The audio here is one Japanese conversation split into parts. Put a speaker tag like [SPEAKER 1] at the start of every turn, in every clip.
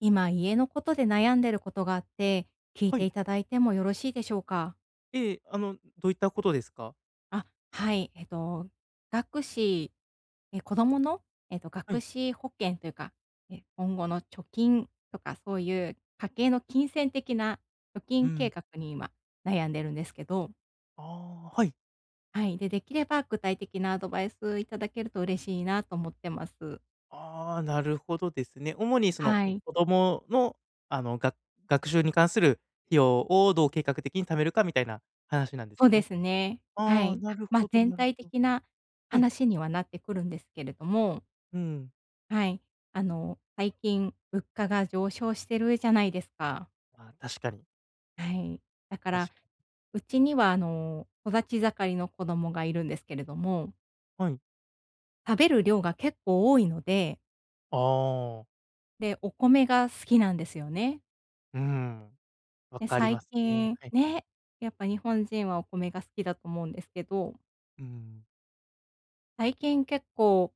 [SPEAKER 1] 今、家のことで悩んでることがあって、聞い
[SPEAKER 2] は
[SPEAKER 1] て
[SPEAKER 2] い。
[SPEAKER 1] いただいてもよろしいでしょうか？
[SPEAKER 2] ええ、どういったことですか？
[SPEAKER 1] あ、はい、学資子供の、
[SPEAKER 2] は
[SPEAKER 1] 学
[SPEAKER 2] い。
[SPEAKER 1] 資保険というか、今後の貯金とか、そういう家計の金銭的な貯
[SPEAKER 2] う
[SPEAKER 1] 金計
[SPEAKER 2] ん。
[SPEAKER 1] 画に今悩んでるんですけど、
[SPEAKER 2] ああ、はい。
[SPEAKER 1] はい、で、できれば具体的なアドバイスいただけると嬉しいなと思ってます。
[SPEAKER 2] ああ、なるほどですね。主にその、
[SPEAKER 1] は
[SPEAKER 2] う
[SPEAKER 1] い、
[SPEAKER 2] 子供の、が学習に関する費用をどう計画的に貯めるかみたいな話なんです
[SPEAKER 1] そう
[SPEAKER 2] か
[SPEAKER 1] で
[SPEAKER 2] ね。
[SPEAKER 1] すね。は
[SPEAKER 2] ああ、
[SPEAKER 1] い。
[SPEAKER 2] な
[SPEAKER 1] あ、
[SPEAKER 2] る
[SPEAKER 1] まあ、
[SPEAKER 2] ほど
[SPEAKER 1] 全
[SPEAKER 2] なる
[SPEAKER 1] 体
[SPEAKER 2] ほど。
[SPEAKER 1] 的な
[SPEAKER 2] はい。
[SPEAKER 1] 話にはなってくるんですけれども、
[SPEAKER 2] うん。
[SPEAKER 1] はい。最近物価が上昇してるじゃないですか。
[SPEAKER 2] あ、確かに、
[SPEAKER 1] はい。だか
[SPEAKER 2] 確
[SPEAKER 1] ら、
[SPEAKER 2] かに。
[SPEAKER 1] うちには育ち盛りの子供がいるんですけれども、
[SPEAKER 2] はい。
[SPEAKER 1] 食べる量が結構多いので、
[SPEAKER 2] ああ、
[SPEAKER 1] で、お米が好きなんですよね。
[SPEAKER 2] うん、わ
[SPEAKER 1] で、
[SPEAKER 2] かり
[SPEAKER 1] 最
[SPEAKER 2] ますね。
[SPEAKER 1] 近
[SPEAKER 2] はい。
[SPEAKER 1] ね、やっぱ日本人はお米が好きだと思うんですけど、
[SPEAKER 2] うん。
[SPEAKER 1] 最近結構、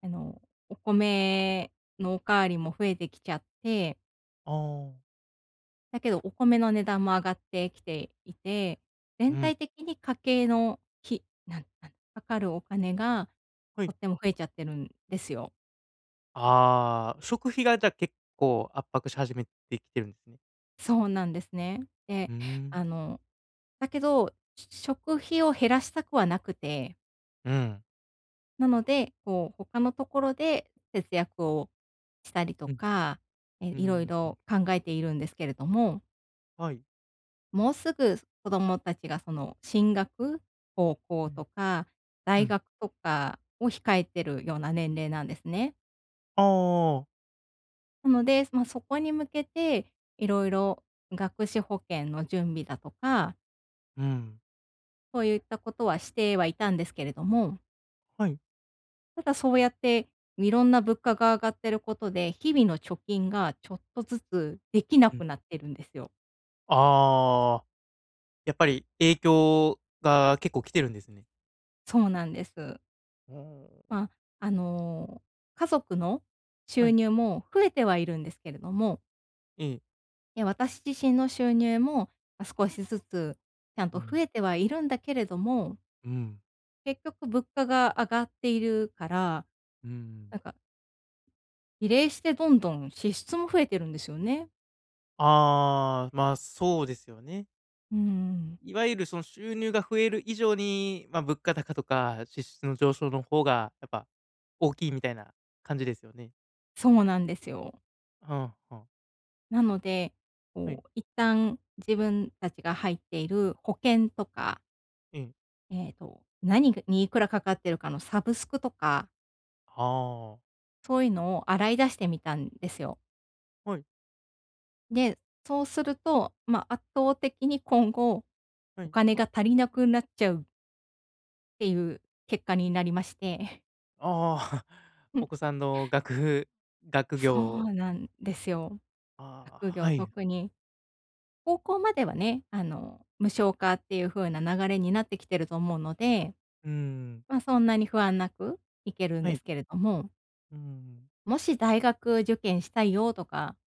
[SPEAKER 1] あの、お米のおかわりも増えてきちゃって、
[SPEAKER 2] ああ、
[SPEAKER 1] だけど、お米の値段も上がってきていて、
[SPEAKER 2] う
[SPEAKER 1] 全
[SPEAKER 2] ん、
[SPEAKER 1] 体的に家計の費、なんなんかかるお金が
[SPEAKER 2] は
[SPEAKER 1] と
[SPEAKER 2] い。
[SPEAKER 1] っても増えちゃってるんですよ。
[SPEAKER 2] ああ、食費がじゃあ結構圧迫し始めてきてるんですね。
[SPEAKER 1] そうなんですね。
[SPEAKER 2] う
[SPEAKER 1] で、
[SPEAKER 2] ーん。
[SPEAKER 1] あの、だけど、食費を減らしたくはなくて、
[SPEAKER 2] うん。
[SPEAKER 1] なので、こう、他のところで節約をしたりと
[SPEAKER 2] うん、
[SPEAKER 1] か、
[SPEAKER 2] う
[SPEAKER 1] いろい
[SPEAKER 2] ん、
[SPEAKER 1] ろ考えているんですけれども、
[SPEAKER 2] はい。
[SPEAKER 1] もうすぐ子どもたちがその進学、高
[SPEAKER 2] う
[SPEAKER 1] 校
[SPEAKER 2] ん、
[SPEAKER 1] とか
[SPEAKER 2] う
[SPEAKER 1] 大
[SPEAKER 2] ん。
[SPEAKER 1] 学とかを控えてるような年齢なんですね。
[SPEAKER 2] ああ、
[SPEAKER 1] なので、ま、そこに向けていろいろ学資保険の準備だとか、
[SPEAKER 2] うん、
[SPEAKER 1] そういったことはしてはいたんですけれども、
[SPEAKER 2] はい。
[SPEAKER 1] ただそうやっていろんな物価が上がってることで、日々の貯金がちょっとずつできな
[SPEAKER 2] うん。
[SPEAKER 1] くなってるんですよ。
[SPEAKER 2] ああ、やっぱり影響が結構来てるんですね。
[SPEAKER 1] そうなんです。
[SPEAKER 2] ああ、
[SPEAKER 1] まあ、あの、家族の
[SPEAKER 2] は
[SPEAKER 1] 収
[SPEAKER 2] い。
[SPEAKER 1] 入も増えてはいるんですけれども、
[SPEAKER 2] ええ。
[SPEAKER 1] いや、私自身の収入も、ま、少しずつちゃん
[SPEAKER 2] う
[SPEAKER 1] と
[SPEAKER 2] ん、
[SPEAKER 1] 増えてはいるんだけれども、
[SPEAKER 2] うん、
[SPEAKER 1] 結局物価が上がっているから、
[SPEAKER 2] うん。
[SPEAKER 1] なんか比例してどんどん支出も増えてるんですよね。
[SPEAKER 2] ああ、まあ、そうですよね。
[SPEAKER 1] うん、
[SPEAKER 2] いわゆるその収入が増える以上に、ま、物価高とか支出の上昇の方がやっぱ大きいみたいな感じですよね。
[SPEAKER 1] そうなんですよ。
[SPEAKER 2] はあはあ。
[SPEAKER 1] なので、
[SPEAKER 2] はい。
[SPEAKER 1] こう一旦自分たちが入っている保険とか、
[SPEAKER 2] ええ。
[SPEAKER 1] 何にいくらかかってるかのサブスクとか
[SPEAKER 2] ああ、
[SPEAKER 1] そういうのを洗い出してみたんですよ。
[SPEAKER 2] はい、
[SPEAKER 1] で、そうすると、まあ、圧倒的に今後、
[SPEAKER 2] は
[SPEAKER 1] お
[SPEAKER 2] い。
[SPEAKER 1] 金が足りなくなっちゃうっていう結果になりまして。
[SPEAKER 2] ああ、
[SPEAKER 1] う
[SPEAKER 2] お
[SPEAKER 1] ん。
[SPEAKER 2] 子さんの学学
[SPEAKER 1] そ
[SPEAKER 2] 業
[SPEAKER 1] うなんですよ。
[SPEAKER 2] ああ、
[SPEAKER 1] 学
[SPEAKER 2] は
[SPEAKER 1] 業
[SPEAKER 2] い。
[SPEAKER 1] 特に。高校まではね、無償化っていう風な流れになってきてると思うので、
[SPEAKER 2] うーん、
[SPEAKER 1] まあ、そんなに不安なくいけるん
[SPEAKER 2] は
[SPEAKER 1] で
[SPEAKER 2] い。
[SPEAKER 1] すけれども、
[SPEAKER 2] うーん、
[SPEAKER 1] もし大学受験したいよとか、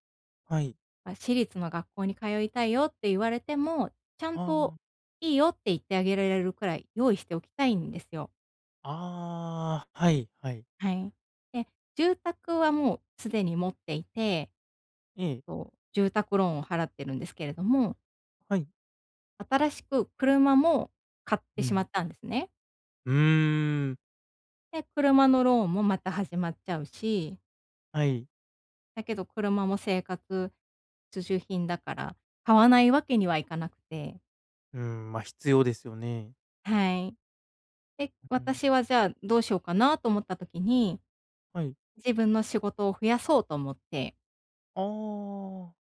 [SPEAKER 2] はい。
[SPEAKER 1] まあ、私立の学校に通いたいよって言われても、ちゃん
[SPEAKER 2] あ
[SPEAKER 1] と
[SPEAKER 2] あ、
[SPEAKER 1] いいよって言ってあげられるくらい用意しておきたいんですよ。
[SPEAKER 2] ああ、はいはい。
[SPEAKER 1] はい。で、住宅はもうすでに持っていて、
[SPEAKER 2] ええ、
[SPEAKER 1] そう住宅ローンを払ってるんですけれども、
[SPEAKER 2] はい。
[SPEAKER 1] 新しく車も買って
[SPEAKER 2] う
[SPEAKER 1] しま
[SPEAKER 2] ん。
[SPEAKER 1] ったんですね。
[SPEAKER 2] うーん、
[SPEAKER 1] で、車のローンもまた始まっちゃうし、
[SPEAKER 2] はい。
[SPEAKER 1] だけど車も生活必需品だから買わないわけにはいかなくて。
[SPEAKER 2] うん、まあ、必要ですよね。
[SPEAKER 1] はい。で、
[SPEAKER 2] うん、
[SPEAKER 1] 私はじゃあどうしようかなと思った時に、
[SPEAKER 2] はい。
[SPEAKER 1] 自分の仕事を増やそうと思って、
[SPEAKER 2] ああ、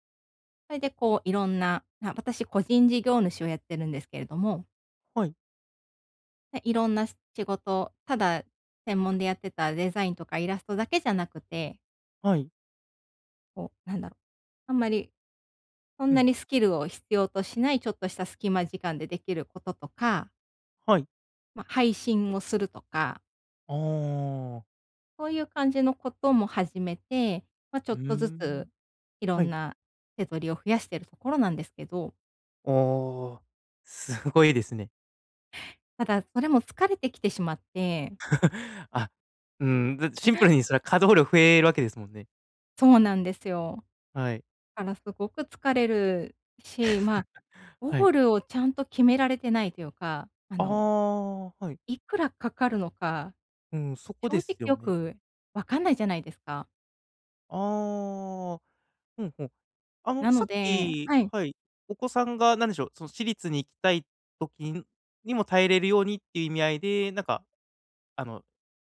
[SPEAKER 1] それでこういろんな、あ、私個人事業主をやってるんですけれども、
[SPEAKER 2] はい
[SPEAKER 1] でいろんな仕事、ただ専門でやってたデザインとかイラストだけじゃなくて、
[SPEAKER 2] はい。
[SPEAKER 1] こうなんだろう、あんまりそん
[SPEAKER 2] う
[SPEAKER 1] な
[SPEAKER 2] ん、
[SPEAKER 1] にスキルを必要としないちょっとした隙間時間でできることとか、
[SPEAKER 2] はい。
[SPEAKER 1] まあ、配信をするとか
[SPEAKER 2] ああ、
[SPEAKER 1] そういう感じのことも始めて、まあ、ちょ
[SPEAKER 2] うー
[SPEAKER 1] っとず
[SPEAKER 2] ん、
[SPEAKER 1] ついろ
[SPEAKER 2] は
[SPEAKER 1] ん
[SPEAKER 2] い。
[SPEAKER 1] な手取りを増やしてるところなんですけど、
[SPEAKER 2] ああ、すごいですね。
[SPEAKER 1] ただそれも疲れてきてしまって、
[SPEAKER 2] あ、うん、シンプルにそれは稼働量増えるわけですもんね。
[SPEAKER 1] そうなんですよ。
[SPEAKER 2] はい。
[SPEAKER 1] だからすごく疲れるし、まあ、
[SPEAKER 2] は
[SPEAKER 1] ゴ
[SPEAKER 2] い。
[SPEAKER 1] ールをちゃんと決められてないというか、
[SPEAKER 2] ああ、はい。
[SPEAKER 1] いくらかかるのか、
[SPEAKER 2] うん、そこ
[SPEAKER 1] 正
[SPEAKER 2] です
[SPEAKER 1] 直
[SPEAKER 2] よ
[SPEAKER 1] よ
[SPEAKER 2] ね。
[SPEAKER 1] くわかんないじゃないですか。
[SPEAKER 2] ああ、うんうん。
[SPEAKER 1] なの
[SPEAKER 2] さっ
[SPEAKER 1] で
[SPEAKER 2] き
[SPEAKER 1] はい、
[SPEAKER 2] はい、お子さんがなんでしょう、その私立に行きたい時にも耐えれるようにっていう意味合いで、なんかあの、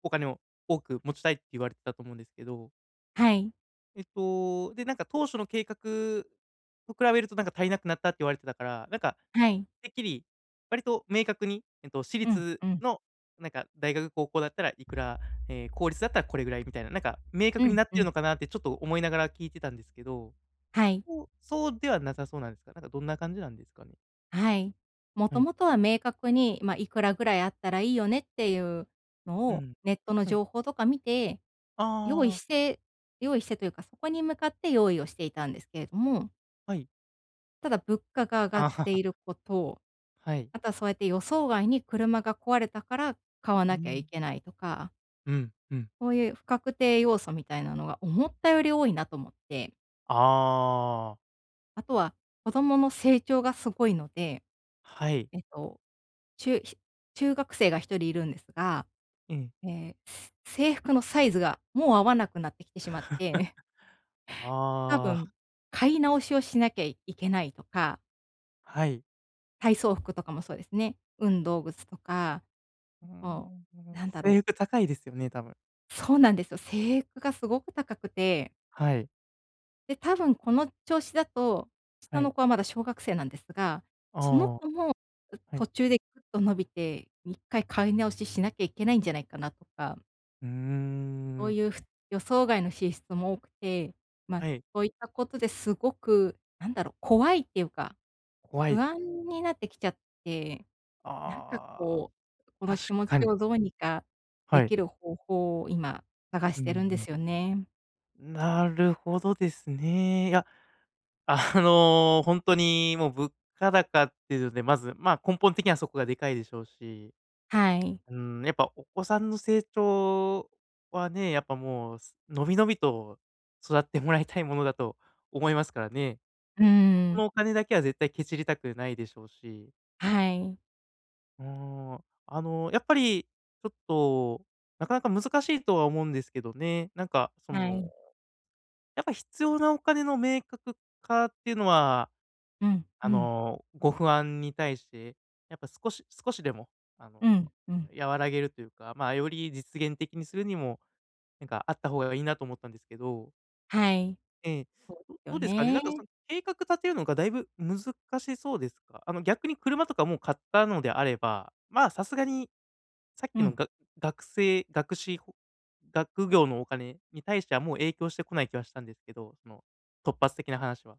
[SPEAKER 2] お金を多く持ちたいって言われてたと思うんですけど、
[SPEAKER 1] はい、
[SPEAKER 2] で、なんか当初の計画と比べるとなんか足りなくなったって言われてたから、なんか、
[SPEAKER 1] はい、
[SPEAKER 2] てっきり、割と明確に、私
[SPEAKER 1] うん、
[SPEAKER 2] 立
[SPEAKER 1] うん、
[SPEAKER 2] のなんか大学、高校だったらいくら、公立だったらこれぐらいみたいな、なんか明
[SPEAKER 1] う
[SPEAKER 2] 確に
[SPEAKER 1] ん、
[SPEAKER 2] なって
[SPEAKER 1] う
[SPEAKER 2] る
[SPEAKER 1] ん、
[SPEAKER 2] のかなってちょっと思いながら聞いてたんですけど、
[SPEAKER 1] はい。
[SPEAKER 2] そうそうではなさそうなんですか？なんかどんな感じなんですかね？
[SPEAKER 1] はい。も
[SPEAKER 2] は
[SPEAKER 1] と
[SPEAKER 2] い。
[SPEAKER 1] もとは明確に、まあ、いくらぐらいあったらいいよねっていうの
[SPEAKER 2] う
[SPEAKER 1] を、
[SPEAKER 2] ん。
[SPEAKER 1] ネットの
[SPEAKER 2] はい。
[SPEAKER 1] 情報とか見て、用意
[SPEAKER 2] ああ、
[SPEAKER 1] して用意してというか、そこに向かって用意をしていたんですけれども、
[SPEAKER 2] はい。
[SPEAKER 1] ただ物価が上 が
[SPEAKER 2] あ
[SPEAKER 1] ってい
[SPEAKER 2] あ、
[SPEAKER 1] ること、
[SPEAKER 2] はい。
[SPEAKER 1] あとはそうやって予想外に車が壊れたから買わ
[SPEAKER 2] う
[SPEAKER 1] なきゃい
[SPEAKER 2] ん。
[SPEAKER 1] けないとか、
[SPEAKER 2] うん、うん。
[SPEAKER 1] そういう不確定要素みたいなのが思ったより多いなと思って、
[SPEAKER 2] ああ、
[SPEAKER 1] あとは子供の成長がすごいので、
[SPEAKER 2] はい。
[SPEAKER 1] えっと、中中学生が一人いるんですが、
[SPEAKER 2] うえ。
[SPEAKER 1] え制服のサイズがもう合わなくなってきてしまって、多
[SPEAKER 2] ああ、
[SPEAKER 1] 分買い直しをしなきゃいけないとか、
[SPEAKER 2] はい。
[SPEAKER 1] 体操服とかもそうですね。運動靴とか、
[SPEAKER 2] うー
[SPEAKER 1] もう
[SPEAKER 2] ん、
[SPEAKER 1] なんだ
[SPEAKER 2] 制
[SPEAKER 1] ろ
[SPEAKER 2] 服高いですよね、多分。
[SPEAKER 1] う、そうなんですよ。制服がすごく高くて、
[SPEAKER 2] はい、
[SPEAKER 1] で、多分この調子だと、
[SPEAKER 2] は
[SPEAKER 1] 下
[SPEAKER 2] い。
[SPEAKER 1] の子はまだ小学生なんですが、
[SPEAKER 2] あ
[SPEAKER 1] その
[SPEAKER 2] あ、
[SPEAKER 1] 子も、
[SPEAKER 2] はい。
[SPEAKER 1] 途中でぐっと伸びて、一回買い直ししなきゃいけないんじゃないかなとか
[SPEAKER 2] うー
[SPEAKER 1] そう
[SPEAKER 2] ん、
[SPEAKER 1] いうふ予想外の支出も多くて、まあ、
[SPEAKER 2] はい、
[SPEAKER 1] そういったことですごく、なんだろう、怖いっていうか、
[SPEAKER 2] 怖いっ
[SPEAKER 1] 不
[SPEAKER 2] す。
[SPEAKER 1] 安になってきちゃって、なんか
[SPEAKER 2] ああ、
[SPEAKER 1] こう、この
[SPEAKER 2] 確
[SPEAKER 1] 気持
[SPEAKER 2] か
[SPEAKER 1] ち
[SPEAKER 2] に。
[SPEAKER 1] をどうにかで
[SPEAKER 2] はい。
[SPEAKER 1] きる方法を今探
[SPEAKER 2] う
[SPEAKER 1] し
[SPEAKER 2] ん
[SPEAKER 1] て
[SPEAKER 2] う
[SPEAKER 1] るんで
[SPEAKER 2] ん。
[SPEAKER 1] すよね。
[SPEAKER 2] なるほどですね。いや、ほんとにもう物価高っていうので、まず、ま、根本的にはそこがでかいでしょうし、
[SPEAKER 1] はい。
[SPEAKER 2] うーん、やっぱお子さんの成長はね、やっぱもう、伸び伸びと育ってもらいたいものだと思いますからね。
[SPEAKER 1] う
[SPEAKER 2] そ
[SPEAKER 1] ー
[SPEAKER 2] こ
[SPEAKER 1] ん。
[SPEAKER 2] のお金だけは絶対けちりたくないでしょうし、
[SPEAKER 1] はい。
[SPEAKER 2] うーん、やっぱり、ちょっと、なかなか難しいとは思うんですけどね、なんか、そ
[SPEAKER 1] は
[SPEAKER 2] の、
[SPEAKER 1] い。
[SPEAKER 2] やっぱ必要なお金の明確化っていうのは、
[SPEAKER 1] うん、うん、
[SPEAKER 2] ご不安に対して、やっぱ少しでも、あの、
[SPEAKER 1] うん、うん。
[SPEAKER 2] 和らげるというか、まあ、より実現的にするにも、なんかあった方がいいなと思ったんですけど。
[SPEAKER 1] はい。
[SPEAKER 2] ええ。
[SPEAKER 1] そうで
[SPEAKER 2] ど
[SPEAKER 1] す
[SPEAKER 2] ど
[SPEAKER 1] よ
[SPEAKER 2] うですかね、な
[SPEAKER 1] ね。
[SPEAKER 2] んかその計画立てるのがだいぶ難しそうですか？逆に車とかもう買ったのであれば、ま、さすがにさっ
[SPEAKER 1] う
[SPEAKER 2] きの
[SPEAKER 1] ん。
[SPEAKER 2] が学生学資ほ学業のお金に対してはもう影響してこない気はしたんですけど、その突発的な話は。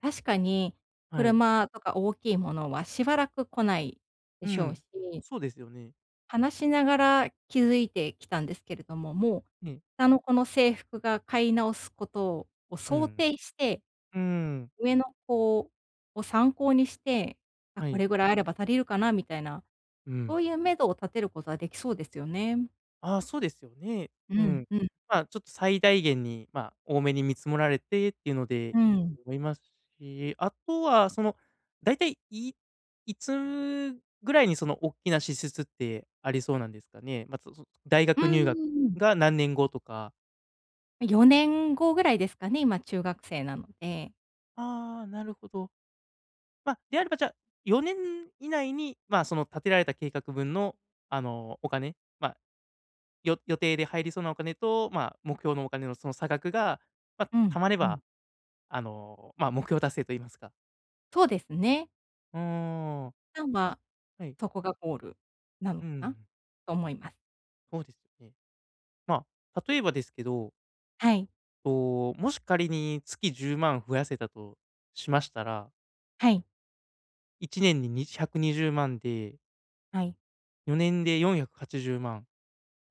[SPEAKER 1] 確かに、
[SPEAKER 2] はい。
[SPEAKER 1] 車とか大きいものはしばらく来ないで
[SPEAKER 2] う
[SPEAKER 1] しょう
[SPEAKER 2] ん。
[SPEAKER 1] し、
[SPEAKER 2] そうですよね。
[SPEAKER 1] 話しながら気づいてきたんですけれども、もう、
[SPEAKER 2] ね。
[SPEAKER 1] 下の子の制服が買い直すことを
[SPEAKER 2] う
[SPEAKER 1] 想
[SPEAKER 2] ん。
[SPEAKER 1] 定して、
[SPEAKER 2] うーん。
[SPEAKER 1] 上の子を参考にして、あ、
[SPEAKER 2] は
[SPEAKER 1] こ
[SPEAKER 2] い。
[SPEAKER 1] れぐらいあれば足りるかなみたいな、
[SPEAKER 2] う
[SPEAKER 1] そ
[SPEAKER 2] ん。
[SPEAKER 1] ういう目処を立てることはできそうですよね。
[SPEAKER 2] ああ、そうですよね。
[SPEAKER 1] う
[SPEAKER 2] うん。
[SPEAKER 1] んうん、
[SPEAKER 2] まあ、ちょっと最大限に、まあ、多めに見積もられてっていうので
[SPEAKER 1] う
[SPEAKER 2] いい
[SPEAKER 1] ん。
[SPEAKER 2] と思いますし、あとはその、だいたい、いつぐらいにその大きな支出ってありそうなんですかね？まあ、そそ大
[SPEAKER 1] う
[SPEAKER 2] 学入学
[SPEAKER 1] ーん。
[SPEAKER 2] が何年後とか。
[SPEAKER 1] 4年後ぐらいですかね、今中学生なので。
[SPEAKER 2] ああ、なるほど。まあ、であれば、じゃあ、4年以内に、まあ、その立てられた計画分の、お金、まあ、予定で入りそうなお金と、まあ、目標のお金のその差額が、ま
[SPEAKER 1] う
[SPEAKER 2] あ、貯
[SPEAKER 1] ん、
[SPEAKER 2] まれ
[SPEAKER 1] うん。
[SPEAKER 2] ばまあ、目標達成と言いますか。
[SPEAKER 1] そうですね。
[SPEAKER 2] うーん。
[SPEAKER 1] さん
[SPEAKER 2] あ、
[SPEAKER 1] は
[SPEAKER 2] はい。
[SPEAKER 1] そこがゴールなの
[SPEAKER 2] う
[SPEAKER 1] かな
[SPEAKER 2] ん。
[SPEAKER 1] と思います。
[SPEAKER 2] そうですよね。まあ、例えばですけど、
[SPEAKER 1] はい、
[SPEAKER 2] と、もし仮に月10万増やせたとしましたら、
[SPEAKER 1] はい、
[SPEAKER 2] 1年に120万で、
[SPEAKER 1] はい。
[SPEAKER 2] 4年で480万、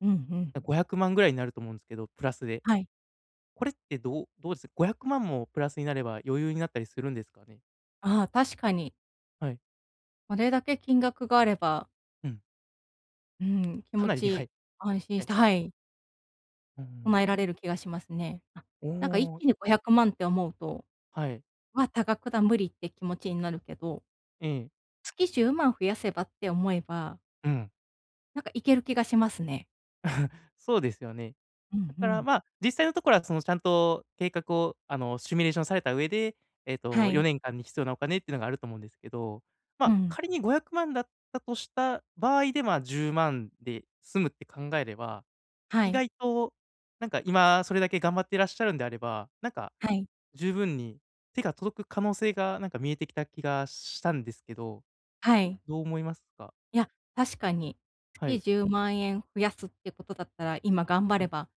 [SPEAKER 1] うんうん。
[SPEAKER 2] 500万ぐらいになると思うんですけど、プラスで。
[SPEAKER 1] はい。
[SPEAKER 2] これってどうです？500万もプラスになれば余裕になったりするんですかね？
[SPEAKER 1] ああ、確かに。
[SPEAKER 2] はい。
[SPEAKER 1] あれだけ金額があれば、
[SPEAKER 2] うん。
[SPEAKER 1] うん、気
[SPEAKER 2] か
[SPEAKER 1] 持
[SPEAKER 2] なりでか
[SPEAKER 1] ち
[SPEAKER 2] い。
[SPEAKER 1] 安心
[SPEAKER 2] は
[SPEAKER 1] し
[SPEAKER 2] い。
[SPEAKER 1] て、はい、
[SPEAKER 2] うんんうん。
[SPEAKER 1] 備えられる気がしますね。あ、
[SPEAKER 2] お
[SPEAKER 1] なんか一
[SPEAKER 2] お、
[SPEAKER 1] 気に500万って思うと、
[SPEAKER 2] はい。
[SPEAKER 1] 「わ、多額だ、無理」って気持ちになるけど、
[SPEAKER 2] ええ。
[SPEAKER 1] 月10万増やせばって思えば、
[SPEAKER 2] うん。
[SPEAKER 1] なんかいける気がしますね。
[SPEAKER 2] そうですよね。
[SPEAKER 1] う
[SPEAKER 2] だ
[SPEAKER 1] んう
[SPEAKER 2] から、
[SPEAKER 1] ん。
[SPEAKER 2] まあ、実際のところはそのちゃんと計画をシミュレーションされた上で、
[SPEAKER 1] はい。
[SPEAKER 2] 4年間に必要なお金っていうのがあると思うんですけど、ま
[SPEAKER 1] う
[SPEAKER 2] あ、
[SPEAKER 1] ん。
[SPEAKER 2] 仮に500万だったとした場合で、まあ、10万で済むって考えれば、
[SPEAKER 1] は
[SPEAKER 2] 意
[SPEAKER 1] い。
[SPEAKER 2] 外となんか今それだけ頑張っていらっしゃるんであれば、なんか
[SPEAKER 1] はい。
[SPEAKER 2] 十分に手が届く可能性がなんか見えてきた気がしたんですけど、
[SPEAKER 1] は
[SPEAKER 2] ど
[SPEAKER 1] い。
[SPEAKER 2] どう思いますか？
[SPEAKER 1] いや、確かに。
[SPEAKER 2] は
[SPEAKER 1] 月
[SPEAKER 2] い、
[SPEAKER 1] 10万円増やすってことだったら、今頑張
[SPEAKER 2] は
[SPEAKER 1] れ
[SPEAKER 2] い、
[SPEAKER 1] ば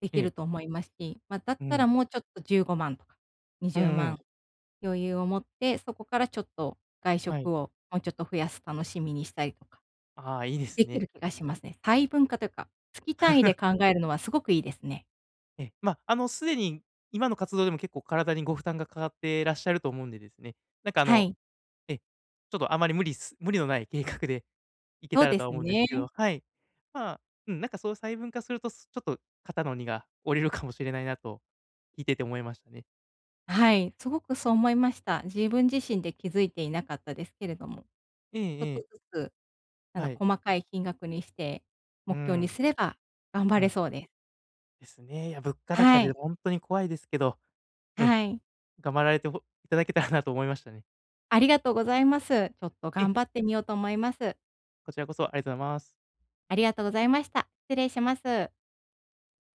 [SPEAKER 1] で
[SPEAKER 2] え
[SPEAKER 1] き
[SPEAKER 2] え、
[SPEAKER 1] ると思いますし、ま、だっ
[SPEAKER 2] う
[SPEAKER 1] たら
[SPEAKER 2] ん。
[SPEAKER 1] もうちょっと15万とか
[SPEAKER 2] うん
[SPEAKER 1] 20
[SPEAKER 2] う
[SPEAKER 1] 万
[SPEAKER 2] ん。
[SPEAKER 1] 余裕を持って、そこからちょっと外
[SPEAKER 2] は
[SPEAKER 1] 食
[SPEAKER 2] い。
[SPEAKER 1] をもうちょっと増やす楽しみにしたりとか、
[SPEAKER 2] ああ、いいです
[SPEAKER 1] でき
[SPEAKER 2] ね。
[SPEAKER 1] る気がしますね。細分化というか、月単位で考えるのはすごくいいですね。
[SPEAKER 2] ええ、まあ、すでに今の活動でも結構体にご負担がかかってらっしゃると思うんでですね、なんか
[SPEAKER 1] はい、
[SPEAKER 2] ええ、ちょっとあまり無理のない計画でいけ
[SPEAKER 1] そ
[SPEAKER 2] た
[SPEAKER 1] う
[SPEAKER 2] ら
[SPEAKER 1] で
[SPEAKER 2] とは
[SPEAKER 1] す
[SPEAKER 2] 思うんです
[SPEAKER 1] ね。
[SPEAKER 2] けど、はい。まあ、うん、なんかそう細分化すると、ちょっと肩の荷が下りるかもしれないなと、聞いてて思いましたね。
[SPEAKER 1] はい、すごくそう思いました。自分自身で気づいていなかったですけれども、
[SPEAKER 2] ええ
[SPEAKER 1] ちょっ
[SPEAKER 2] え
[SPEAKER 1] と
[SPEAKER 2] え、
[SPEAKER 1] ずつ
[SPEAKER 2] はい。
[SPEAKER 1] 細かい金額にして、
[SPEAKER 2] う
[SPEAKER 1] 目標に
[SPEAKER 2] ん、
[SPEAKER 1] すれば頑張
[SPEAKER 2] う
[SPEAKER 1] れ
[SPEAKER 2] ん、
[SPEAKER 1] そうです。
[SPEAKER 2] ですね。いや、物価高
[SPEAKER 1] は
[SPEAKER 2] でら
[SPEAKER 1] い。
[SPEAKER 2] 本当に怖いですけど、ええ、
[SPEAKER 1] はい。
[SPEAKER 2] 頑張られていただけたらなと思いましたね。
[SPEAKER 1] ありがとうございます。ちょっと
[SPEAKER 2] ええ、
[SPEAKER 1] 頑張ってみようと思います。
[SPEAKER 2] こちらこそありがとうございます。
[SPEAKER 1] ありがとうございました。失礼します。